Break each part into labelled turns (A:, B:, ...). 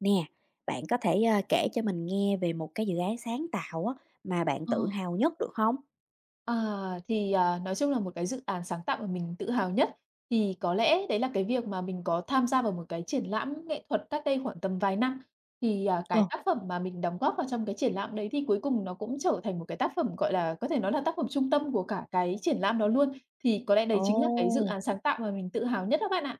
A: Nè, bạn có thể, kể cho mình nghe về một cái dự án sáng tạo á, mà bạn
B: Ờ,
A: tự hào nhất được không?
B: à, nói chung là một cái dự án sáng tạo mà mình tự hào nhất thì có lẽ đấy là cái việc mà mình có tham gia vào một cái triển lãm nghệ thuật cách đây khoảng tầm vài năm. Thì, cái
A: Ờ.
B: tác phẩm mà mình đóng góp vào trong cái triển lãm đấy thì cuối cùng nó cũng trở thành một cái tác phẩm, gọi là, có thể nói là tác phẩm trung tâm của cả cái triển lãm đó luôn. Thì có lẽ đấy chính là cái dự
A: Ồ,
B: án sáng tạo mà mình tự hào nhất đó bạn ạ.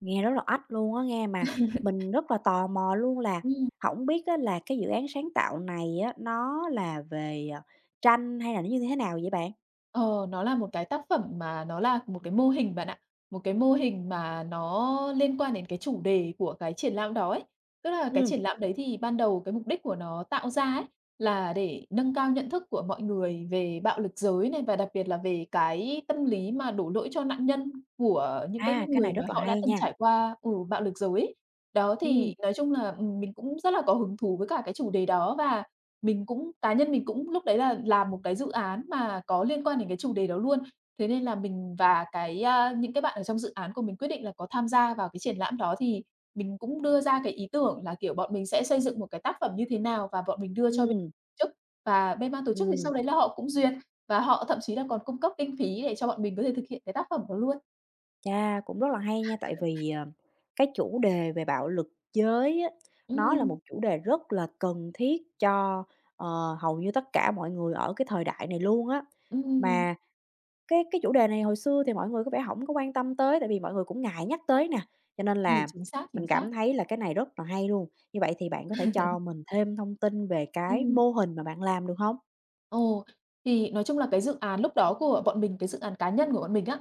A: nghe rất là oách luôn á nghe, mà mình rất là tò mò luôn là
B: Ừm.
A: không biết á là cái dự án sáng tạo này á, nó là về, tranh hay là nó như thế nào vậy bạn?
B: Ờ, nó là một cái tác phẩm mà nó là một cái mô hình bạn ạ, một cái mô hình mà nó liên quan đến cái chủ đề của cái triển lãm đó ấy. Tức là cái
A: Ừ,
B: triển lãm đấy thì ban đầu cái mục đích của nó tạo ra ấy là để nâng cao nhận thức của mọi người về bạo lực giới này, và đặc biệt là về cái tâm lý mà đổ lỗi cho nạn nhân của những cái
A: à, cái này
B: người mà
A: rất là
B: họ đã
A: hay
B: từng
A: nha.
B: trải qua bạo lực giới ấy. Đó thì
A: Ừ,
B: nói chung là, mình cũng rất là có hứng thú với cả cái chủ đề đó, và mình cũng cá nhân mình cũng lúc đấy là làm một cái dự án mà có liên quan đến cái chủ đề đó luôn. Thế nên là mình và những cái bạn ở trong dự án của mình quyết định là có tham gia vào cái triển lãm đó, thì mình cũng đưa ra cái ý tưởng là, kiểu, bọn mình sẽ xây dựng một cái tác phẩm như thế nào, và bọn mình đưa cho bên
A: ừ,
B: chức. Và bên ban tổ chức thì
A: ừ.
B: sau đấy là họ cũng duyệt, và họ thậm chí là còn cung cấp kinh phí để cho bọn mình có thể thực hiện cái tác phẩm đó luôn.
A: Chà, cũng rất là hay nha, tại vì, cái chủ đề về bạo lực giới á, nó là
B: Ừm,
A: một chủ đề rất là cần thiết cho, ờ, hầu như tất cả mọi người ở cái thời đại này luôn á.
B: ừm.
A: Mà cái chủ đề này hồi xưa thì mọi người có vẻ không có quan tâm tới, tại vì mọi người cũng ngại nhắc tới nè, cho nên
B: Ừ,
A: là
B: chính xác, chính
A: mình
B: xác.
A: cảm thấy là cái này rất là hay luôn. Như vậy thì bạn có thể cho mình thêm thông tin về cái
B: Ừm.
A: mô hình mà bạn làm được không?
B: Ồ, thì nói chung là cái dự án lúc đó của bọn mình, cái dự án cá nhân của bọn mình á,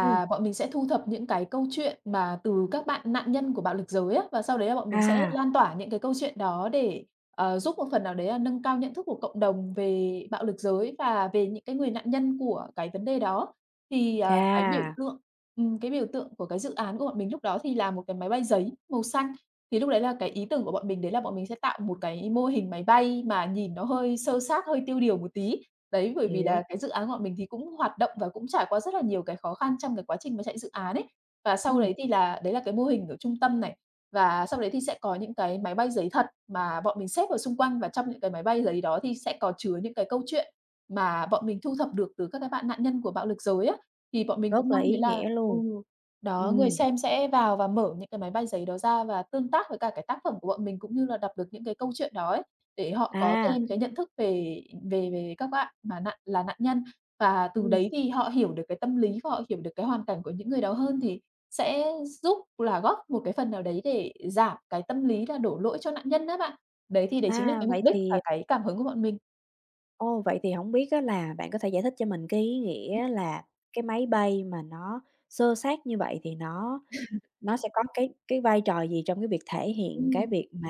A: Ừm,
B: bọn mình sẽ thu thập những cái câu chuyện mà từ các bạn nạn nhân của bạo lực giới á, và sau đấy là bọn mình sẽ
A: à,
B: lan tỏa những cái câu chuyện đó để, giúp một phần nào đấy là nâng cao nhận thức của cộng đồng về bạo lực giới và về những cái người nạn nhân của cái vấn đề đó. Thì,
A: chà,
B: cái biểu tượng của cái dự án của bọn mình lúc đó thì là một cái máy bay giấy màu xanh. Thì lúc đấy là cái ý tưởng của bọn mình đấy là bọn mình sẽ tạo một cái mô hình máy bay mà nhìn nó hơi xơ xác, hơi tiêu điều một tí. Đấy, bởi vì là
A: hiểu,
B: cái dự án của bọn mình thì cũng hoạt động và cũng trải qua rất là nhiều cái khó khăn trong cái quá trình mà chạy dự án ấy. Và sau
A: ừm,
B: đấy thì là đấy là cái mô hình ở trung tâm này, và sau đấy thì sẽ có những cái máy bay giấy thật mà bọn mình xếp vào xung quanh, và trong những cái máy bay giấy đó thì sẽ có chứa những cái câu chuyện mà bọn mình thu thập được từ các cái bạn nạn nhân của bạo lực giới á. Thì bọn mình
A: rất
B: cũng
A: là
B: mong đấy
A: ý
B: là
A: nghĩa
B: ừ.
A: luôn.
B: Đó, người
A: Ừm.
B: xem sẽ vào và mở những cái máy bay giấy đó ra và tương tác với cả cái tác phẩm của bọn mình, cũng như là đọc được những cái câu chuyện đó ấy, để họ có
A: À,
B: thêm cái nhận thức về về về các bạn mà là nạn nhân. Và từ
A: ừm,
B: đấy thì họ hiểu được cái tâm lý và họ hiểu được cái hoàn cảnh của những người đó hơn, thì sẽ giúp là góp một cái phần nào đấy để giảm cái tâm lý là đổ lỗi cho nạn nhân á bạn. Đấy, thì đấy chính là
A: à,
B: cái mục
A: vậy
B: đích và
A: thì
B: cái cảm hứng của bọn mình.
A: ô, vậy thì không biết á là bạn có thể giải thích cho mình cái ý nghĩa là cái máy bay mà nó xơ xác như vậy thì nó sẽ có cái vai trò gì trong cái việc thể hiện cái
B: Ừm.
A: việc mà,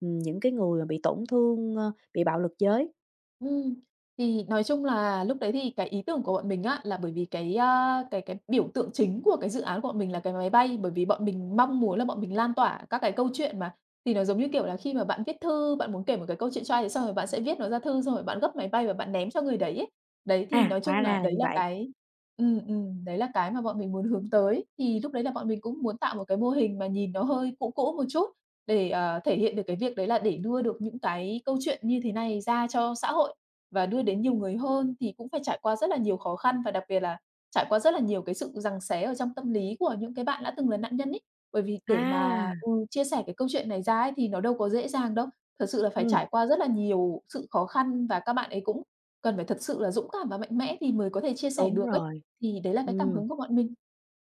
A: những cái người mà bị tổn thương, bị bạo lực giới?
B: Ừm, thì nói chung là lúc đấy thì cái ý tưởng của bọn mình á, là bởi vì cái, cái biểu tượng chính của cái dự án của bọn mình là cái máy bay, bởi vì bọn mình mong muốn là bọn mình lan tỏa các cái câu chuyện mà. Thì nó giống như, kiểu là, khi mà bạn viết thư, bạn muốn kể một cái câu chuyện cho ai thì xong rồi bạn sẽ viết nó ra thư, xong rồi bạn gấp máy bay và bạn ném cho người đấy ấy. Đấy, thì
A: À,
B: nói chung
A: hóa
B: là
A: ra là như vậy.
B: đấy là cái mà bọn mình muốn hướng tới. Thì lúc đấy là bọn mình cũng muốn tạo một cái mô hình mà nhìn nó hơi cũ cũ một chút để, thể hiện được cái việc đấy là để đưa được những cái câu chuyện như thế này ra cho xã hội và đưa đến nhiều người hơn thì cũng phải trải qua rất là nhiều khó khăn, và đặc biệt là trải qua rất là nhiều cái sự giằng xé ở trong tâm lý của những cái bạn đã từng là nạn nhân ấy. Bởi vì để mà,
A: À,
B: chia sẻ cái câu chuyện này ra ấy thì nó đâu có dễ dàng đâu. Thật sự là phải
A: ừm,
B: trải qua rất là nhiều sự khó khăn, và các bạn ấy cũng cần phải thật sự là dũng cảm và mạnh mẽ thì mới có thể chia sẻ
A: đúng
B: được ấy.
A: rồi.
B: Thì đấy là cái cảm
A: Ừm.
B: hứng của bọn mình.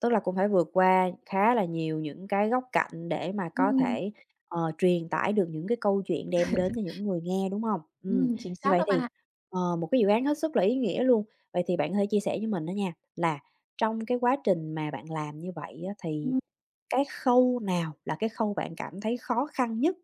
A: Tức là cũng phải vượt qua khá là nhiều những cái góc cạnh để mà có
B: Ừm,
A: thể, truyền tải được những cái câu chuyện đem đến cho những người nghe, đúng không?
B: chính
A: Như
B: xác
A: vậy
B: đó bạn
A: thì,
B: ạ.
A: một cái dự án hết sức là ý nghĩa luôn. Vậy thì bạn có thể chia sẻ với mình đó nha, là trong cái quá trình mà bạn làm như vậy á, thì
B: Ừm.
A: cái khâu nào là cái khâu bạn cảm thấy khó khăn nhất?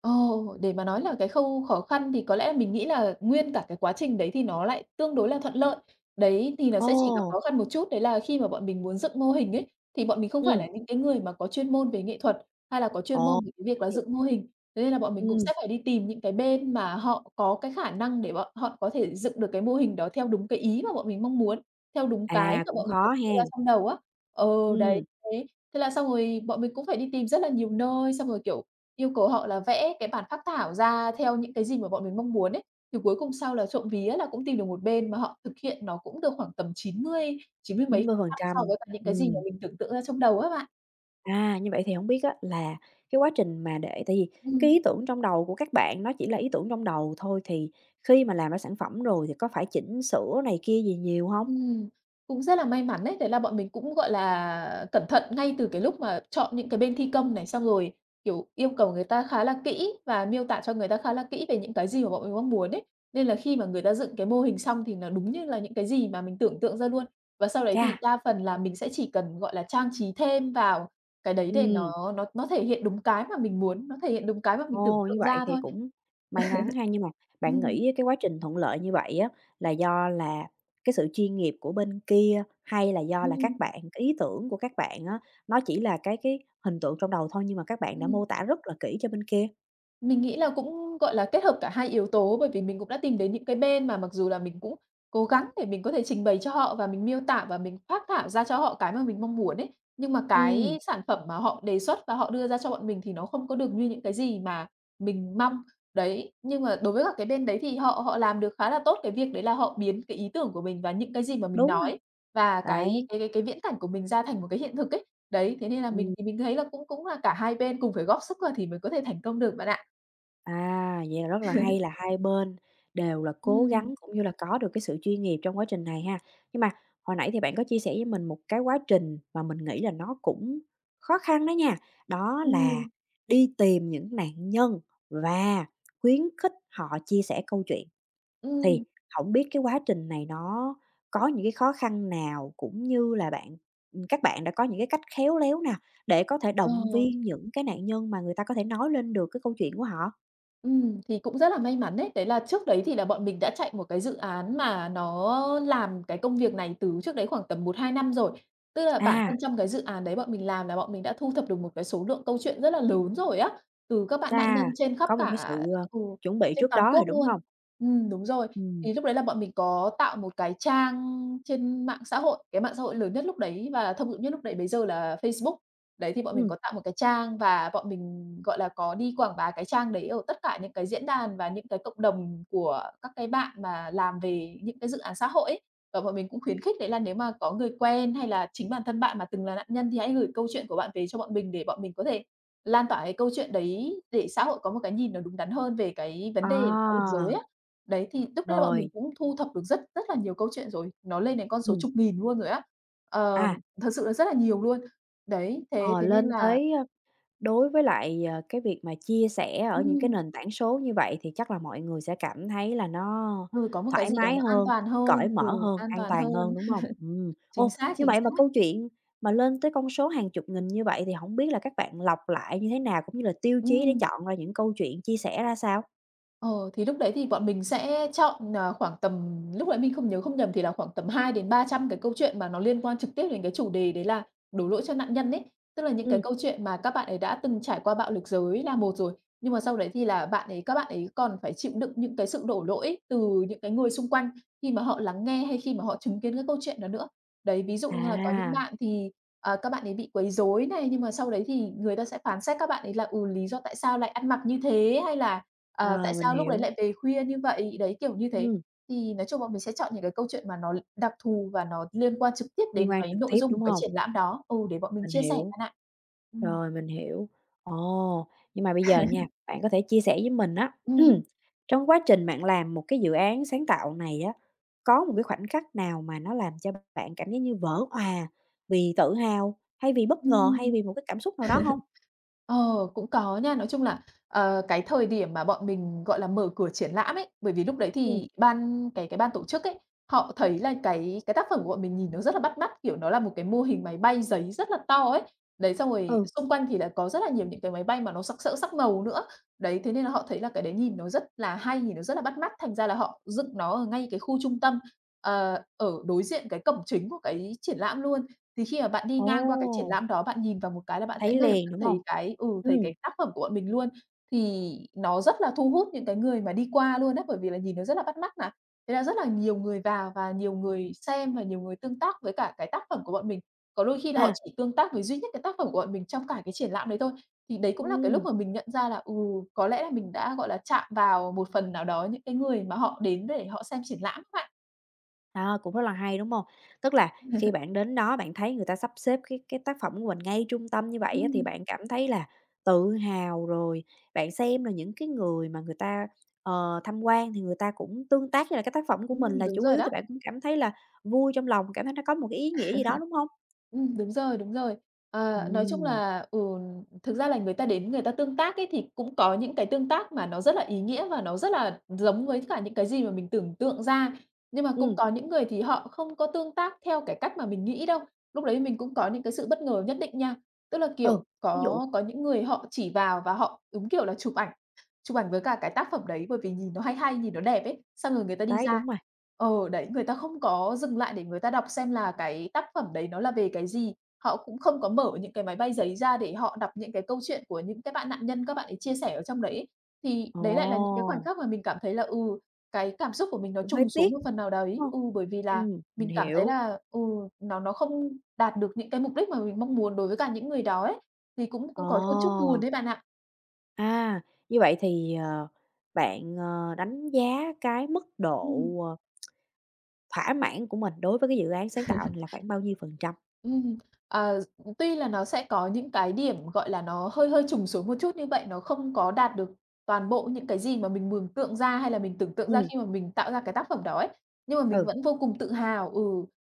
B: Ồ, để mà nói là cái khâu khó khăn thì có lẽ là mình nghĩ là nguyên cả cái quá trình đấy thì nó lại tương đối là thuận lợi. Đấy, thì nó sẽ chỉ gặp
A: Ồ,
B: khó khăn một chút, đấy là khi mà bọn mình muốn dựng mô hình ấy, thì bọn mình không phải
A: ừm,
B: là những cái người mà có chuyên môn về nghệ thuật, hay là có chuyên
A: ồ,
B: môn về cái việc
A: vậy
B: là
A: thì
B: dựng mô hình. Thế nên là bọn mình cũng
A: ừm,
B: sẽ phải đi tìm những cái bên mà họ có cái khả năng để bọn họ có thể dựng được cái mô hình đó theo đúng cái ý mà bọn mình mong muốn, theo đúng cái
A: à,
B: mà
A: cũng
B: bọn mình
A: khó
B: tưởng tượng
A: ha.
B: ra trong đầu á. Ờ, Đấy,
A: Ừ,
B: thế thế là xong rồi bọn mình cũng phải đi tìm rất là nhiều nơi, xong rồi, kiểu, yêu cầu họ là vẽ cái bản phác thảo ra theo những cái gì mà bọn mình mong muốn ấy, thì cuối cùng sau là trộm vía là cũng tìm được một bên mà họ thực hiện nó cũng được khoảng tầm 90, chín mươi mấy
A: chín
B: phần
A: mươi phần
B: trăm so
A: trăm,
B: với cả những cái gì mà
A: ừm.
B: mình tưởng tượng ra trong đầu á bạn.
A: À, như vậy thì không biết á là cái quá trình mà để tại vì cái
B: Ừm.
A: ý tưởng trong đầu của các bạn nó chỉ là ý tưởng trong đầu thôi, thì khi mà làm ra sản phẩm rồi thì có phải chỉnh sửa này kia gì nhiều hông?
B: Ừm, cũng rất là may mắn đấy, đấy là bọn mình cũng, gọi là, cẩn thận ngay từ cái lúc mà chọn những cái bên thi công này, xong rồi, kiểu, yêu cầu người ta khá là kỹ và miêu tả cho người ta khá là kỹ về những cái gì mà bọn mình mong muốn ấy. Nên là khi mà người ta dựng cái mô hình xong thì nó đúng như là những cái gì mà mình tưởng tượng ra luôn. Và sau đấy
A: Chà,
B: thì đa phần là mình sẽ chỉ cần, gọi là, trang trí thêm vào cái đấy để
A: ừm,
B: nó thể hiện đúng cái mà mình muốn, nó thể hiện đúng cái mà mình tưởng
A: ồ, như
B: tượng
A: vậy
B: ra
A: thì
B: thôi.
A: cũng may mắn ha. Nhưng mà bạn
B: Ừm,
A: nghĩ cái quá trình thuận lợi như vậy á là do là cái sự chuyên nghiệp của bên kia, hay là do là
B: ừm,
A: các bạn cái ý tưởng của các bạn á, nó chỉ là cái hình tượng trong đầu thôi nhưng mà các bạn đã
B: ừm.
A: mô tả rất là kỹ cho bên kia?
B: Mình nghĩ là cũng, gọi là, kết hợp cả hai yếu tố, bởi vì mình cũng đã tìm đến những cái bên mà mặc dù là mình cũng cố gắng để mình có thể trình bày cho họ và mình miêu tả và mình phác thảo ra cho họ cái mà mình mong muốn ấy, nhưng mà
A: Ừm,
B: cái sản phẩm mà họ đề xuất và họ đưa ra cho bọn mình thì nó không có được như những cái gì mà mình mong. Đấy, nhưng mà đối với cả cái bên đấy thì họ họ làm được khá là tốt cái việc đấy, là họ biến cái ý tưởng của mình và những cái gì mà mình
A: đúng rồi,
B: nói và cái
A: đấy,
B: cái cái cái viễn cảnh của mình ra thành một cái hiện thực ấy. Đấy, thế nên là mình
A: ừm.
B: thì mình thấy là cũng cũng là cả hai bên cùng phải góp sức vào thì mới có thể thành công được bạn ạ.
A: À, vậy là rất là hay là hai bên đều là cố
B: Ừm,
A: gắng cũng như là có được cái sự chuyên nghiệp trong quá trình này ha. Nhưng mà hồi nãy thì bạn có chia sẻ với mình một cái quá trình mà mình nghĩ là nó cũng khó khăn đó nha, đó
B: ừm,
A: là đi tìm những nạn nhân và khuyến khích họ chia sẻ câu chuyện. Thì
B: ừm,
A: không biết cái quá trình này nó có những cái khó khăn nào cũng như là các bạn đã có những cái cách khéo léo nào để có thể
B: ờ,
A: động viên những cái nạn nhân mà người ta có thể nói lên được cái câu chuyện của họ?
B: thì cũng rất là may mắn đấy. Đấy là trước đấy thì là bọn mình đã chạy một cái dự án mà nó làm cái công việc này từ trước đấy khoảng tầm một hai năm rồi. Tức là bản
A: À.
B: thân trong cái dự án đấy bọn mình làm là bọn mình đã thu thập được một cái số lượng câu chuyện rất là lớn rồi á, từ các bạn nạn nhân
A: Chà,
B: trên khắp
A: có một cái
B: cả
A: sự,
B: ừ,
A: chuẩn bị
B: trên
A: trước
B: toàn
A: đó rồi,
B: quốc
A: đúng
B: luôn.
A: hông?
B: Đúng rồi.
A: Ừm,
B: Thì lúc đấy là bọn mình có tạo một cái trang trên mạng xã hội, cái mạng xã hội lớn nhất lúc đấy và thông dụng nhất lúc đấy bây giờ là Facebook. Đấy, thì bọn mình
A: ừm,
B: có tạo một cái trang và bọn mình, gọi là, có đi quảng bá cái trang đấy ở tất cả những cái diễn đàn và những cái cộng đồng của các cái bạn mà làm về những cái dự án xã hội ấy. Và bọn mình cũng khuyến khích đấy là nếu mà có người quen hay là chính bản thân bạn mà từng là nạn nhân thì hãy gửi câu chuyện của bạn về cho bọn mình để bọn mình có thể lan tỏa cái câu chuyện đấy để xã hội có một cái nhìn nó đúng đắn hơn về cái vấn đề bạo lực
A: à,
B: giới á. Đấy, thì lúc đấy là bọn mình
A: rồi,
B: cũng thu thập được rất rất là nhiều câu chuyện rồi, nó lên đến con số
A: ừm,
B: chục nghìn luôn rồi á. Ờ,
A: à,
B: Thật sự là rất là nhiều luôn. Đấy, thế
A: ờ,
B: thế nên
A: lên
B: là
A: tới, đối với lại, cái việc mà chia sẻ ở những
B: ừm,
A: cái nền tảng số như vậy thì chắc là mọi người sẽ cảm thấy là nó
B: ừ, có một cái
A: thoải
B: gì đó
A: mái
B: nó an
A: hơn,
B: toàn
A: cởi
B: hơn, ừ,
A: mở hơn,
B: an
A: an
B: toàn
A: toàn
B: hơn,
A: hơn, đúng hông?
B: chính
A: Ô,
B: xác,
A: như
B: chính
A: vậy mà
B: xác.
A: câu chuyện mà lên tới con số hàng chục nghìn như vậy thì hổng biết là các bạn lọc lại như thế nào, cũng như là tiêu chí để
B: Ừm,
A: chọn ra những câu chuyện chia sẻ ra sao?
B: ờ, thì lúc đấy thì bọn mình sẽ chọn, khoảng tầm lúc đấy mình không nhớ không nhầm thì là khoảng tầm hai đến ba trăm cái câu chuyện mà nó liên quan trực tiếp đến cái chủ đề đấy là đổ lỗi cho nạn nhân ấy. Tức là những cái
A: Ừm,
B: câu chuyện mà các bạn ấy đã từng trải qua bạo lực giới là một rồi, nhưng mà sau đấy thì là bạn ấy các bạn ấy còn phải chịu đựng những cái sự đổ lỗi từ những cái người xung quanh khi mà họ lắng nghe hay khi mà họ chứng kiến cái câu chuyện đó nữa. Đấy, ví dụ như là có những
A: à,
B: bạn thì, các bạn ấy bị quấy rối này, nhưng mà sau đấy thì người ta sẽ phán xét các bạn ấy là, lý do tại sao lại ăn mặc như thế, hay là, tại
A: rồi, mình
B: sao lúc đấy
A: hiểu.
B: lại về khuya như vậy, đấy, kiểu như thế.
A: Ừm,
B: Thì nói chung bọn mình sẽ chọn những cái câu chuyện mà nó đặc thù và nó liên quan trực tiếp
A: liên
B: đến
A: quan
B: cái
A: trực
B: nội
A: tiếp,
B: dung của
A: đúng
B: cái
A: hông?
B: triển lãm đó. Ừ, để bọn mình
A: Mình
B: chia sẻ
A: hiểu.
B: bạn ạ. Ừm.
A: Rồi, mình hiểu. Ồ, nhưng mà bây giờ nha, bạn có thể chia sẻ với mình á,
B: Ừm,
A: trong quá trình bạn làm một cái dự án sáng tạo này á, có một cái khoảnh khắc nào mà nó làm cho bạn cảm giác như vỡ òa vì tự hào, hay vì bất ngờ, hay
B: ừm.
A: vì một cái cảm xúc nào đó hông?
B: Ờ, Cũng có nha. Nói chung là, cái thời điểm mà bọn mình, gọi là, mở cửa triển lãm ấy, bởi vì lúc đấy
A: Ừm,
B: thì ban cái ban tổ chức ấy, họ thấy là cái tác phẩm của bọn mình nhìn nó rất là bắt mắt, kiểu, nó là một cái mô hình máy bay giấy rất là to ấy. Đấy, xong rồi
A: ừ,
B: xung quanh thì là có rất là nhiều những cái máy bay mà nó sặc sỡ sắc màu nữa. Đấy, thế nên là họ thấy là cái đấy nhìn nó rất là hay, nhìn nó rất là bắt mắt, thành ra là họ dựng nó ở ngay cái khu trung tâm, ở đối diện cái cổng chính của cái triển lãm luôn. Thì khi mà bạn đi
A: ồ,
B: ngang qua cái triển lãm đó, bạn nhìn vào một cái là bạn sẽ
A: thấy
B: ngay lập
A: liền,
B: tức
A: đúng hông?
B: thấy cái ừ, thấy
A: Ừm,
B: cái tác phẩm của bọn mình luôn. Thì nó rất là thu hút những cái người mà đi qua luôn á, bởi vì là nhìn nó rất là bắt mắt mà. Thế là rất là nhiều người vào và nhiều người xem và nhiều người tương tác với cả cái tác phẩm của bọn mình. Có đôi khi là họ
A: à,
B: chỉ tương tác với duy nhất cái tác phẩm của bọn mình trong cả cái triển lãm đấy thôi. Thì đấy cũng là cái lúc
A: ừm.
B: mà mình nhận ra là, có lẽ là mình đã, gọi là, chạm vào một phần nào đó những cái người mà họ đến để họ xem triển lãm á bạn.
A: À, cũng rất là hay, đúng không? Tức là khi bạn đến đó bạn thấy người ta sắp xếp cái tác phẩm của mình ngay trung tâm như vậy á, thì
B: Ừm,
A: bạn cảm thấy là tự hào rồi bạn xem là những cái người mà người ta, tham quan thì người ta cũng tương tác với lại cái tác phẩm của mình là
B: đúng
A: chủ
B: rồi
A: yếu
B: đó.
A: thì bạn cũng cảm thấy là vui trong lòng, cảm thấy nó có một cái ý nghĩa gì đó, đúng không?
B: Đúng rồi, đúng rồi.
A: Ừ,
B: Nói chung là, thực ra là người ta đến người ta tương tác ấy, thì cũng có những cái tương tác mà nó rất là ý nghĩa và nó rất là giống với cả những cái gì mà mình tưởng tượng ra. Nhưng mà cũng
A: ừ,
B: có những người thì họ không có tương tác theo cái cách mà mình nghĩ đâu. Lúc đấy mình cũng có những cái sự bất ngờ nhất định nha. Tức là,
A: ừ,
B: kiểu,
A: ví dụ
B: có những người họ chỉ vào và họ, đúng kiểu là, chụp ảnh với cả cái tác phẩm đấy, bởi vì nhìn nó hay hay, nhìn nó đẹp ấy, xong rồi người ta đi
A: đấy,
B: ra.
A: đúng rồi.
B: Đấy, người ta không có dừng lại để người ta đọc xem là cái tác phẩm đấy nó là về cái gì. Họ cũng không có mở những cái máy bay giấy ra để họ đọc những cái câu chuyện của những cái bạn nạn nhân các bạn ấy chia sẻ ở trong đấy ấy. Thì đấy lại là những cái khoảnh
A: Ồ,
B: khắc mà mình cảm thấy là, cái cảm xúc của mình nó
A: cũng hơi
B: trùng
A: tiếc,
B: xuống một phần nào
A: đúng
B: đấy.
A: không?
B: Ừ, Bởi vì là
A: Ừ, mình
B: mình cảm thấy
A: hiểu.
B: là, nó không đạt được những cái mục đích mà mình mong muốn đối với cả những người đó ấy, thì cũng
A: Ờ.
B: cũng có đôi chút buồn đấy bạn ạ.
A: À, như vậy thì, bạn, đánh giá cái mức độ,
B: Ừm.
A: thỏa mãn của mình đối với cái dự án sáng tạo này là khoảng bao nhiêu phần trăm?
B: Ừm, à, Tuy là nó sẽ có những cái điểm, gọi là, nó hơi hơi trùng xuống một chút như vậy, nó không có đạt được toàn bộ những cái gì mà mình mường tượng ra hay là mình tưởng tượng ra
A: Ừm,
B: khi mà mình tạo ra cái tác phẩm đó ấy. Nhưng mà mình
A: ừ,
B: vẫn vô cùng tự hào,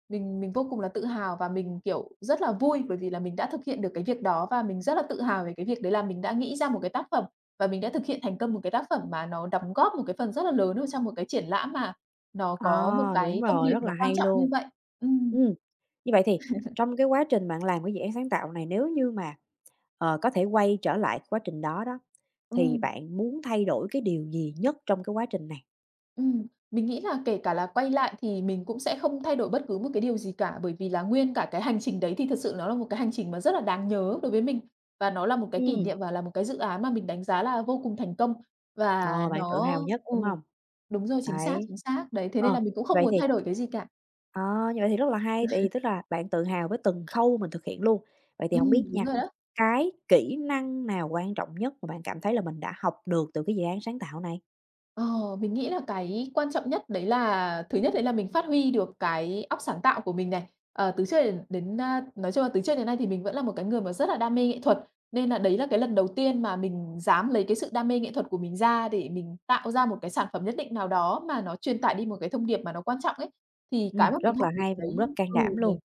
B: mình vô cùng là tự hào và mình, kiểu, rất là vui bởi vì là mình đã thực hiện được cái việc đó và mình rất là tự hào về cái việc đấy là mình đã nghĩ ra một cái tác phẩm và mình đã thực hiện thành công một cái tác phẩm mà nó đóng góp một cái phần rất là lớn vào trong một cái triển lãm mà nó
A: à,
B: có một
A: đúng
B: cái thông
A: rồi,
B: điệp
A: rất
B: nó
A: là
B: quan
A: hay
B: trọng như
A: luôn.
B: vậy. Ừm,
A: Ừ, như vậy thì trong cái quá trình bạn làm cái dự án sáng tạo này, nếu như mà, có thể quay trở lại quá trình đó đó, thì
B: ừm.
A: bạn muốn thay đổi cái điều gì nhất trong cái quá trình này?
B: Mình nghĩ là kể cả là quay lại thì mình cũng sẽ không thay đổi bất cứ một cái điều gì cả, bởi vì là nguyên cả cái hành trình đấy thì thật sự nó là một cái hành trình mà rất là đáng nhớ đối với mình, và nó là một cái kỷ
A: Ừ,
B: niệm và là một cái dự án mà mình đánh giá là vô cùng thành công. Và
A: ờ, bạn tự
B: nó
A: hào nhất,
B: ừ,
A: đúng không?
B: Đúng rồi, chính xác,
A: Đấy.
B: chính xác. Đấy, thế nên
A: Ờ,
B: là mình cũng không
A: vậy
B: muốn
A: thì
B: thay đổi cái gì cả.
A: Ờ, như vậy thì rất là hay, tại vì tức là bạn tự hào với từng khâu mình thực hiện luôn. Vậy thì không biết
B: Đúng
A: nha,
B: rồi đó.
A: cái kỹ năng nào quan trọng nhất mà bạn cảm thấy là mình đã học được từ cái dự án sáng tạo này?
B: Ờ, mình nghĩ là cái quan trọng nhất đấy là thứ nhất đấy là mình phát huy được cái óc sáng tạo của mình này. Ờ, từ trước đến đến, a Nói chung là từ trước đến nay thì mình vẫn là một cái người mà rất là đam mê nghệ thuật, nên là đấy là cái lần đầu tiên mà mình dám lấy cái sự đam mê nghệ thuật của mình ra để mình tạo ra một cái sản phẩm nhất định nào đó mà nó truyền tải đi một cái thông điệp mà nó quan trọng ấy. Thì cái mà mình
A: Rất
B: học
A: là
B: được
A: hay
B: ở
A: và
B: đấy.
A: cũng rất can
B: ừ,
A: đảm luôn.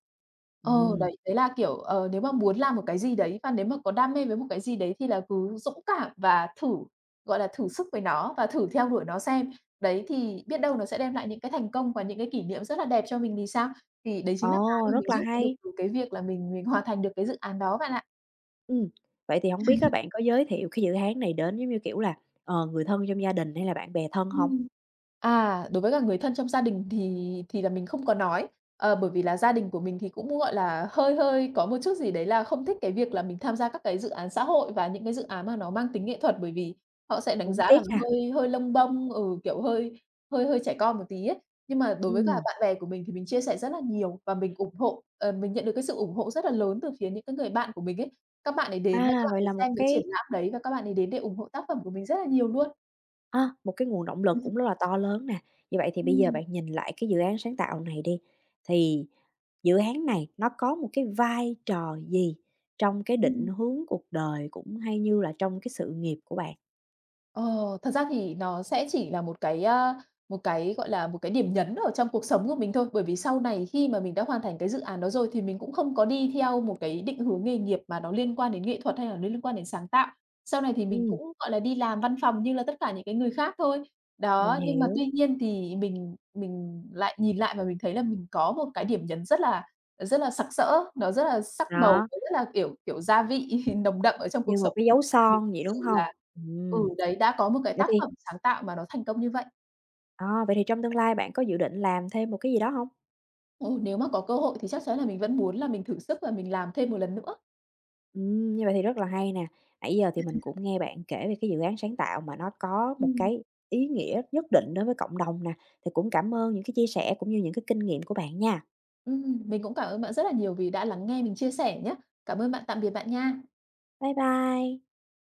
B: Ờ,
A: Ừm,
B: Đấy, đấy là, kiểu, nếu mà muốn làm một cái gì đấy và nếu mà có đam mê với một cái gì đấy thì là cứ dũng cảm và thử, gọi là, thử sức với nó và thử theo đuổi nó xem. Đấy, thì biết đâu nó sẽ đem lại những cái thành công và những cái kỷ niệm rất là đẹp cho mình thì sao? Thì đấy chính là cái
A: ồ,
B: mà mình
A: rất là
B: rút ra được
A: hay.
B: từ cái việc là mình hoàn thành được cái dự án đó bạn ạ.
A: Ừm, vậy thì không biết các bạn có giới thiệu cái dự án này đến, giống như kiểu là, người thân trong gia đình hay là bạn bè thân không?
B: Ừm. À, đối với cả người thân trong gia đình thì là mình không có nói, bởi vì là gia đình của mình thì cũng, gọi là, hơi hơi có một chút gì đấy là không thích cái việc là mình tham gia các cái dự án xã hội và những cái dự án mà nó mang tính nghệ thuật, bởi vì họ sẽ đánh
A: Cũng
B: giá
A: tiếc
B: là
A: ha.
B: nó hơi hơi lông bông, kiểu, hơi hơi hơi trẻ con một tí ấy. Nhưng mà đối với cả
A: Ừm,
B: bạn bè của mình thì mình chia sẻ rất là nhiều và mình nhận được cái sự ủng hộ rất là lớn từ phía những cái người bạn của mình ấy. Các bạn ấy đến và các
A: à,
B: bạn
A: vậy
B: ấy
A: là một
B: xem cái triển
A: cái
B: lãm đấy và các bạn ấy đến để ủng hộ tác phẩm của mình rất là nhiều luôn.
A: A, một cái nguồn động lực cũng rất là to lớn nè. Như vậy thì bây giờ
B: Ừm,
A: bạn nhìn lại cái dự án sáng tạo này đi, thì dự án này nó có một cái vai trò gì trong cái định
B: ừm.
A: hướng cuộc đời cũng hay như là trong cái sự nghiệp của bạn?
B: Ờ, Thật ra thì nó sẽ chỉ là một cái, a, một cái, gọi là, một cái điểm nhấn ở trong cuộc sống của mình thôi, bởi vì sau này khi mà mình đã hoàn thành cái dự án đó rồi thì mình cũng không có đi theo một cái định hướng nghề nghiệp mà nó liên quan đến nghệ thuật hay là liên quan đến sáng tạo. Sau này thì mình
A: Ừm,
B: cũng, gọi là, đi làm văn phòng như là tất cả những cái người khác thôi.
A: mình
B: Đó, nhưng mà
A: hiểu.
B: tuy nhiên thì mình lại nhìn lại và mình thấy là mình có một cái điểm nhấn rất là sặc sỡ, nó rất là sắc màu,
A: Đó,
B: nó rất là, kiểu, gia vị nồng đậm ở trong
A: như
B: cuộc sống
A: một cái dấu
B: là mình
A: son
B: thực
A: vậy,
B: sự
A: đúng không?
B: là
A: Ừm,
B: đấy, đã có một cái
A: vậy
B: tác
A: thì
B: phẩm sáng tạo mà nó thành công như vậy.
A: à, vậy thì trong tương lai bạn có dự định làm thêm một cái gì đó không?
B: Ừ, nếu mà có cơ hội thì chắc chắn là mình vẫn muốn là mình thử sức và mình làm thêm một lần nữa.
A: Như vậy thì rất là hay nè. Nãy giờ thì mình cũng nghe bạn kể về cái dự án sáng tạo mà nó có một
B: Ừm,
A: cái ý nghĩa nhất định đối với cộng đồng nè, thì cũng cảm ơn những cái chia sẻ cũng như những cái kinh nghiệm của bạn nha.
B: mình cũng cảm ơn bạn rất là nhiều vì đã lắng nghe mình chia sẻ nhé. Cảm ơn bạn, tạm biệt bạn nha.
A: Bye bye.